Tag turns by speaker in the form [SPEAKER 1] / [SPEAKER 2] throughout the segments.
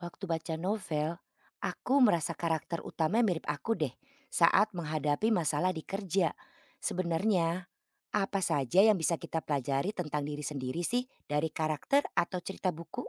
[SPEAKER 1] Waktu baca novel, aku merasa karakter utama mirip aku deh saat menghadapi masalah di kerja. Sebenarnya, apa saja yang bisa kita pelajari tentang diri sendiri sih dari karakter atau cerita buku?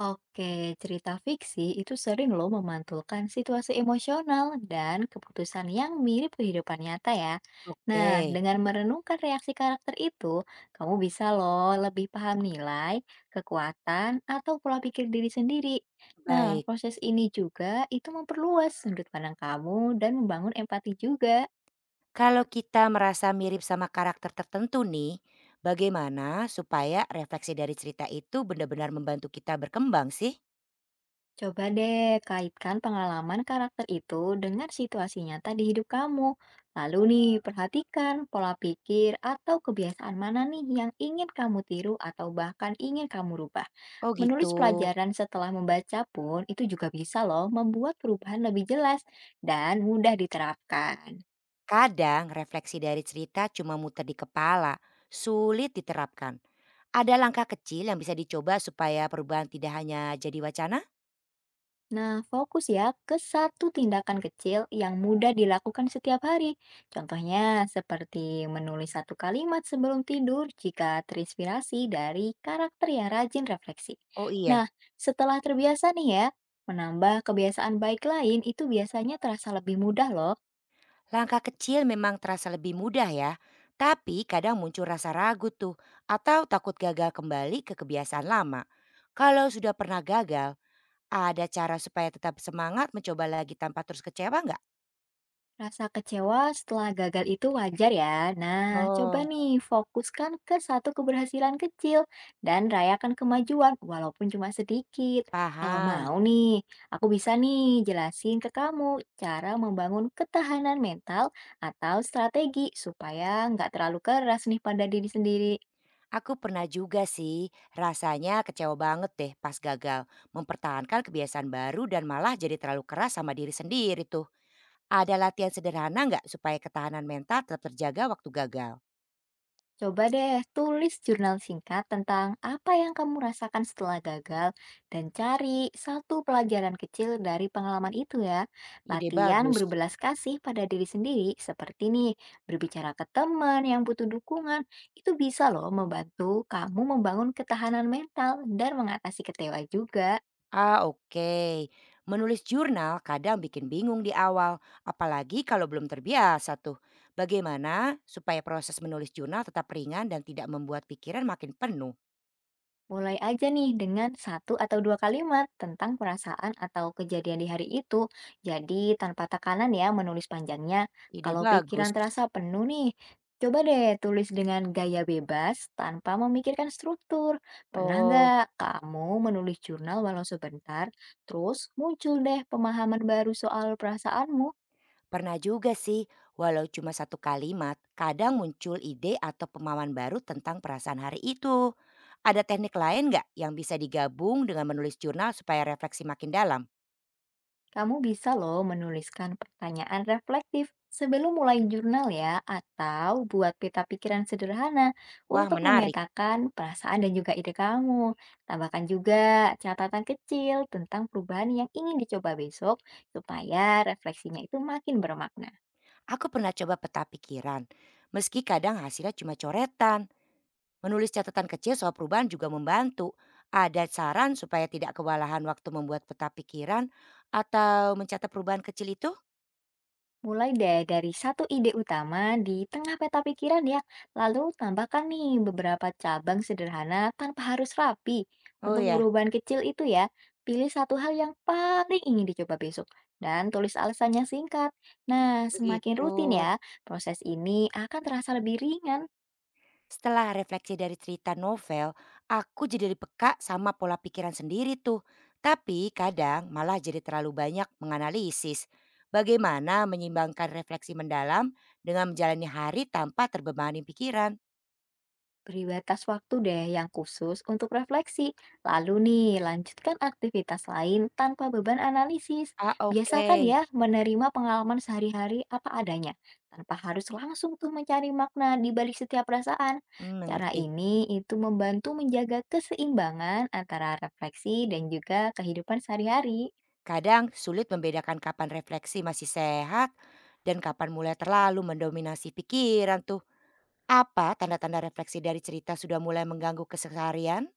[SPEAKER 2] Oke, cerita fiksi itu sering loh memantulkan situasi emosional dan keputusan yang mirip kehidupan nyata ya.
[SPEAKER 1] Oke,
[SPEAKER 2] Nah, dengan merenungkan reaksi karakter itu, kamu bisa loh lebih paham nilai, kekuatan, atau pola pikir diri sendiri. Nah,
[SPEAKER 1] baik.
[SPEAKER 2] proses ini juga itu memperluas sudut pandang kamu dan membangun empati juga.
[SPEAKER 1] Kalau kita merasa mirip sama karakter tertentu nih, bagaimana supaya refleksi dari cerita itu benar-benar membantu kita berkembang sih?
[SPEAKER 2] Coba deh kaitkan pengalaman karakter itu dengan situasi nyata di hidup kamu. Lalu nih, perhatikan pola pikir atau kebiasaan mana nih yang ingin kamu tiru atau bahkan ingin kamu rubah.
[SPEAKER 1] Oh gitu.
[SPEAKER 2] Menulis pelajaran setelah membaca pun itu juga bisa loh membuat perubahan lebih jelas dan mudah diterapkan.
[SPEAKER 1] Kadang refleksi dari cerita cuma muter di kepala, sulit diterapkan. Ada langkah kecil yang bisa dicoba supaya perubahan tidak hanya jadi wacana?
[SPEAKER 2] Nah, fokus ya ke satu tindakan kecil yang mudah dilakukan setiap hari. Contohnya seperti menulis satu kalimat sebelum tidur jika terinspirasi dari karakter yang rajin refleksi.
[SPEAKER 1] Oh iya,
[SPEAKER 2] Nah, setelah terbiasa nih ya, menambah kebiasaan baik lain itu biasanya terasa lebih mudah loh.
[SPEAKER 1] langkah kecil memang terasa lebih mudah ya. Tapi kadang muncul rasa ragu tuh atau takut gagal kembali ke kebiasaan lama. Kalau sudah pernah gagal, ada cara supaya tetap semangat mencoba lagi tanpa terus kecewa nggak?
[SPEAKER 2] Rasa kecewa setelah gagal itu wajar ya. Nah, coba
[SPEAKER 1] Oh,
[SPEAKER 2] nih fokuskan ke satu keberhasilan kecil dan rayakan kemajuan walaupun cuma sedikit. Kalau
[SPEAKER 1] paham.
[SPEAKER 2] mau nih, aku bisa nih jelasin ke kamu cara membangun ketahanan mental atau strategi supaya nggak terlalu keras nih pada diri sendiri.
[SPEAKER 1] Aku pernah juga sih, rasanya kecewa banget deh pas gagal. Mempertahankan kebiasaan baru dan malah jadi terlalu keras sama diri sendiri tuh. Ada latihan sederhana nggak supaya ketahanan mental tetap terjaga waktu gagal?
[SPEAKER 2] Coba deh tulis jurnal singkat tentang apa yang kamu rasakan setelah gagal dan cari satu pelajaran kecil dari pengalaman itu ya.
[SPEAKER 1] Ide
[SPEAKER 2] Latihan
[SPEAKER 1] bagus.
[SPEAKER 2] berbelas kasih pada diri sendiri seperti nih berbicara ke teman yang butuh dukungan itu bisa loh membantu kamu membangun ketahanan mental dan mengatasi kecewa juga.
[SPEAKER 1] Ah, oke. Menulis jurnal kadang bikin bingung di awal, apalagi kalau belum terbiasa tuh. Bagaimana supaya proses menulis jurnal tetap ringan dan tidak membuat pikiran makin penuh?
[SPEAKER 2] Mulai aja nih dengan satu atau dua kalimat tentang perasaan atau kejadian di hari itu. Jadi tanpa tekanan ya menulis panjangnya.
[SPEAKER 1] Ide
[SPEAKER 2] Kalau
[SPEAKER 1] bagus.
[SPEAKER 2] pikiran terasa penuh nih, coba deh tulis dengan gaya bebas tanpa memikirkan struktur. Pernah
[SPEAKER 1] Oh,
[SPEAKER 2] nggak kamu menulis jurnal walau sebentar, terus muncul deh pemahaman baru soal perasaanmu?
[SPEAKER 1] Pernah juga sih, walau cuma satu kalimat, kadang muncul ide atau pemahaman baru tentang perasaan hari itu. Ada teknik lain nggak yang bisa digabung dengan menulis jurnal supaya refleksi makin dalam?
[SPEAKER 2] Kamu bisa loh menuliskan pertanyaan reflektif sebelum mulai jurnal ya, atau buat peta pikiran sederhana
[SPEAKER 1] Wah
[SPEAKER 2] untuk
[SPEAKER 1] menarik,
[SPEAKER 2] memetakan perasaan dan juga ide kamu. Tambahkan juga catatan kecil tentang perubahan yang ingin dicoba besok supaya refleksinya itu makin bermakna.
[SPEAKER 1] aku pernah coba peta pikiran. Meski kadang hasilnya cuma coretan. Menulis catatan kecil soal perubahan juga membantu. Ada saran supaya tidak kewalahan waktu membuat peta pikiran atau mencatat perubahan kecil itu?
[SPEAKER 2] Mulai deh dari satu ide utama di tengah peta pikiran ya, lalu tambahkan nih beberapa cabang sederhana tanpa harus rapi.
[SPEAKER 1] Oh
[SPEAKER 2] Untuk
[SPEAKER 1] ya,
[SPEAKER 2] perubahan kecil itu ya, pilih satu hal yang paling ingin dicoba besok dan tulis alasannya singkat. Nah, semakin
[SPEAKER 1] begitu.
[SPEAKER 2] rutin ya, proses ini akan terasa lebih ringan.
[SPEAKER 1] Setelah refleksi dari cerita novel, aku jadi lebih peka sama pola pikiran sendiri tuh. Tapi kadang malah jadi terlalu banyak menganalisis. Bagaimana menyimbangkan refleksi mendalam dengan menjalani hari tanpa terbebani pikiran?
[SPEAKER 2] Beri batas waktu deh yang khusus untuk refleksi. Lalu nih, lanjutkan aktivitas lain tanpa beban analisis.
[SPEAKER 1] Ah oke,
[SPEAKER 2] Biasakan ya menerima pengalaman sehari-hari apa adanya, tanpa harus langsung tuh mencari makna di balik setiap perasaan.
[SPEAKER 1] hmm,
[SPEAKER 2] Cara
[SPEAKER 1] mengerti.
[SPEAKER 2] ini itu membantu menjaga keseimbangan antara refleksi dan juga kehidupan sehari-hari.
[SPEAKER 1] Kadang sulit membedakan kapan refleksi masih sehat dan kapan mulai terlalu mendominasi pikiran tuh. Apa tanda-tanda refleksi dari cerita sudah mulai mengganggu keseharian?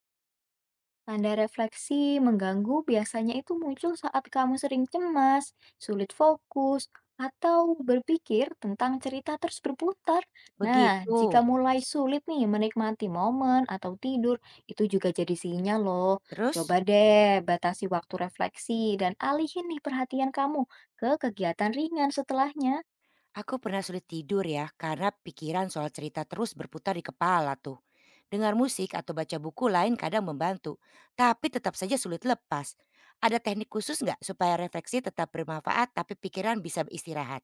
[SPEAKER 2] Tanda refleksi mengganggu biasanya itu muncul saat kamu sering cemas, sulit fokus, atau berpikir tentang cerita terus berputar. Nah,
[SPEAKER 1] Begitu.
[SPEAKER 2] jika mulai sulit nih menikmati momen atau tidur, itu juga jadi sinyal loh. Coba
[SPEAKER 1] Terus?
[SPEAKER 2] deh batasi waktu refleksi dan alihin nih perhatian kamu ke kegiatan ringan setelahnya.
[SPEAKER 1] Aku pernah sulit tidur ya karena pikiran soal cerita terus berputar di kepala tuh. Dengar musik atau baca buku lain kadang membantu, tapi tetap saja sulit lepas. Ada teknik khusus nggak supaya refleksi tetap bermanfaat tapi pikiran bisa beristirahat?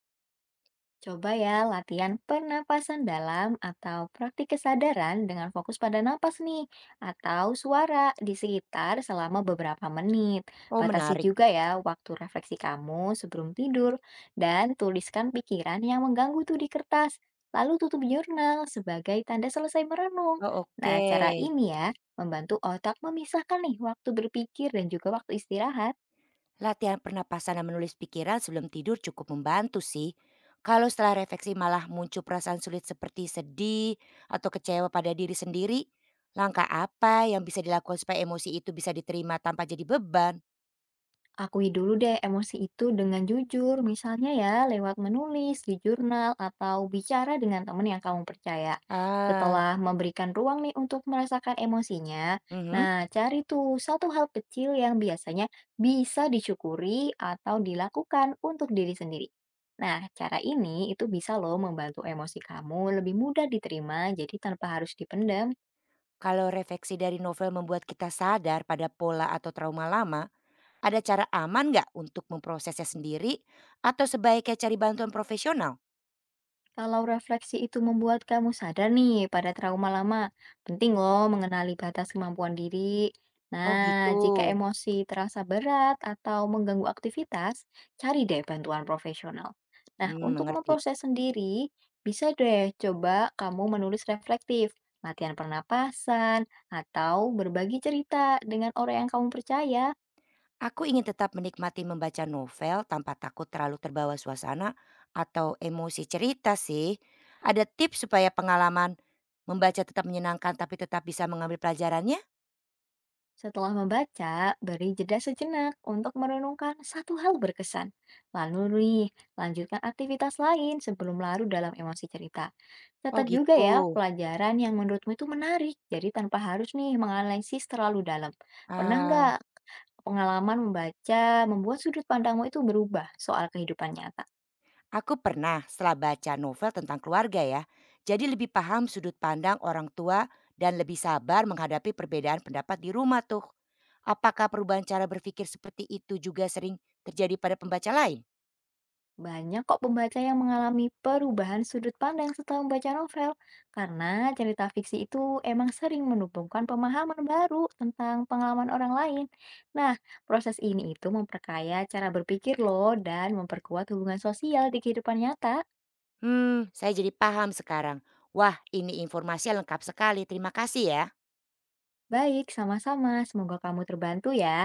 [SPEAKER 2] Coba ya latihan pernapasan dalam atau praktik kesadaran dengan fokus pada napas nih, atau suara di sekitar selama beberapa menit.
[SPEAKER 1] Oh
[SPEAKER 2] Batasi
[SPEAKER 1] menarik.
[SPEAKER 2] juga ya waktu refleksi kamu sebelum tidur, dan tuliskan pikiran yang mengganggu tuh di kertas. Lalu tutup jurnal sebagai tanda selesai merenung.
[SPEAKER 1] Oh oke.
[SPEAKER 2] Nah, cara ini ya membantu otak memisahkan nih waktu berpikir dan juga waktu istirahat.
[SPEAKER 1] Latihan pernapasan dan menulis pikiran sebelum tidur cukup membantu sih. Kalau setelah refleksi malah muncul perasaan sulit seperti sedih atau kecewa pada diri sendiri, langkah apa yang bisa dilakukan supaya emosi itu bisa diterima tanpa jadi beban?
[SPEAKER 2] Akui dulu deh emosi itu dengan jujur, misalnya ya lewat menulis di jurnal atau bicara dengan teman yang kamu percaya.
[SPEAKER 1] Ah,
[SPEAKER 2] Setelah memberikan ruang nih untuk merasakan emosinya,
[SPEAKER 1] mhm.
[SPEAKER 2] nah cari tuh satu hal kecil yang biasanya bisa disyukuri atau dilakukan untuk diri sendiri. Nah, cara ini itu bisa loh membantu emosi kamu lebih mudah diterima, jadi tanpa harus dipendam.
[SPEAKER 1] Kalau refleksi dari novel membuat kita sadar pada pola atau trauma lama, ada cara aman nggak untuk memprosesnya sendiri atau sebaiknya cari bantuan profesional?
[SPEAKER 2] Kalau refleksi itu membuat kamu sadar nih pada trauma lama, penting loh mengenali batas kemampuan diri.
[SPEAKER 1] Oh gitu,
[SPEAKER 2] Nah, jika emosi terasa berat atau mengganggu aktivitas, cari deh bantuan profesional. Nah,
[SPEAKER 1] hmm,
[SPEAKER 2] untuk
[SPEAKER 1] mengerti.
[SPEAKER 2] memproses sendiri, bisa deh coba kamu menulis reflektif, latihan pernapasan, atau berbagi cerita dengan orang yang kamu percaya.
[SPEAKER 1] Aku ingin tetap menikmati membaca novel tanpa takut terlalu terbawa suasana atau emosi cerita sih. Ada tips supaya pengalaman membaca tetap menyenangkan tapi tetap bisa mengambil pelajarannya?
[SPEAKER 2] Setelah membaca, beri jeda sejenak untuk merenungkan satu hal berkesan. Lalu nih, lanjutkan aktivitas lain sebelum larut dalam emosi cerita.
[SPEAKER 1] Oh
[SPEAKER 2] Catat juga
[SPEAKER 1] gitu.
[SPEAKER 2] ya pelajaran yang menurutmu itu menarik, jadi tanpa harus nih menganalisis terlalu dalam. Pernah
[SPEAKER 1] Ah,
[SPEAKER 2] nggak pengalaman membaca membuat sudut pandangmu itu berubah soal kehidupan nyata?
[SPEAKER 1] aku pernah setelah baca novel tentang keluarga ya. Jadi lebih paham sudut pandang orang tua dan lebih sabar menghadapi perbedaan pendapat di rumah tuh. Apakah perubahan cara berpikir seperti itu juga sering terjadi pada pembaca lain?
[SPEAKER 2] Banyak kok pembaca yang mengalami perubahan sudut pandang setelah membaca novel, karena cerita fiksi itu emang sering menumbuhkan pemahaman baru tentang pengalaman orang lain. Nah, proses ini itu memperkaya cara berpikir loh dan memperkuat hubungan sosial di kehidupan nyata.
[SPEAKER 1] Mmm, saya jadi paham sekarang. Wah, ini informasi lengkap sekali. Terima kasih ya.
[SPEAKER 2] Baik, sama-sama. Semoga kamu terbantu ya.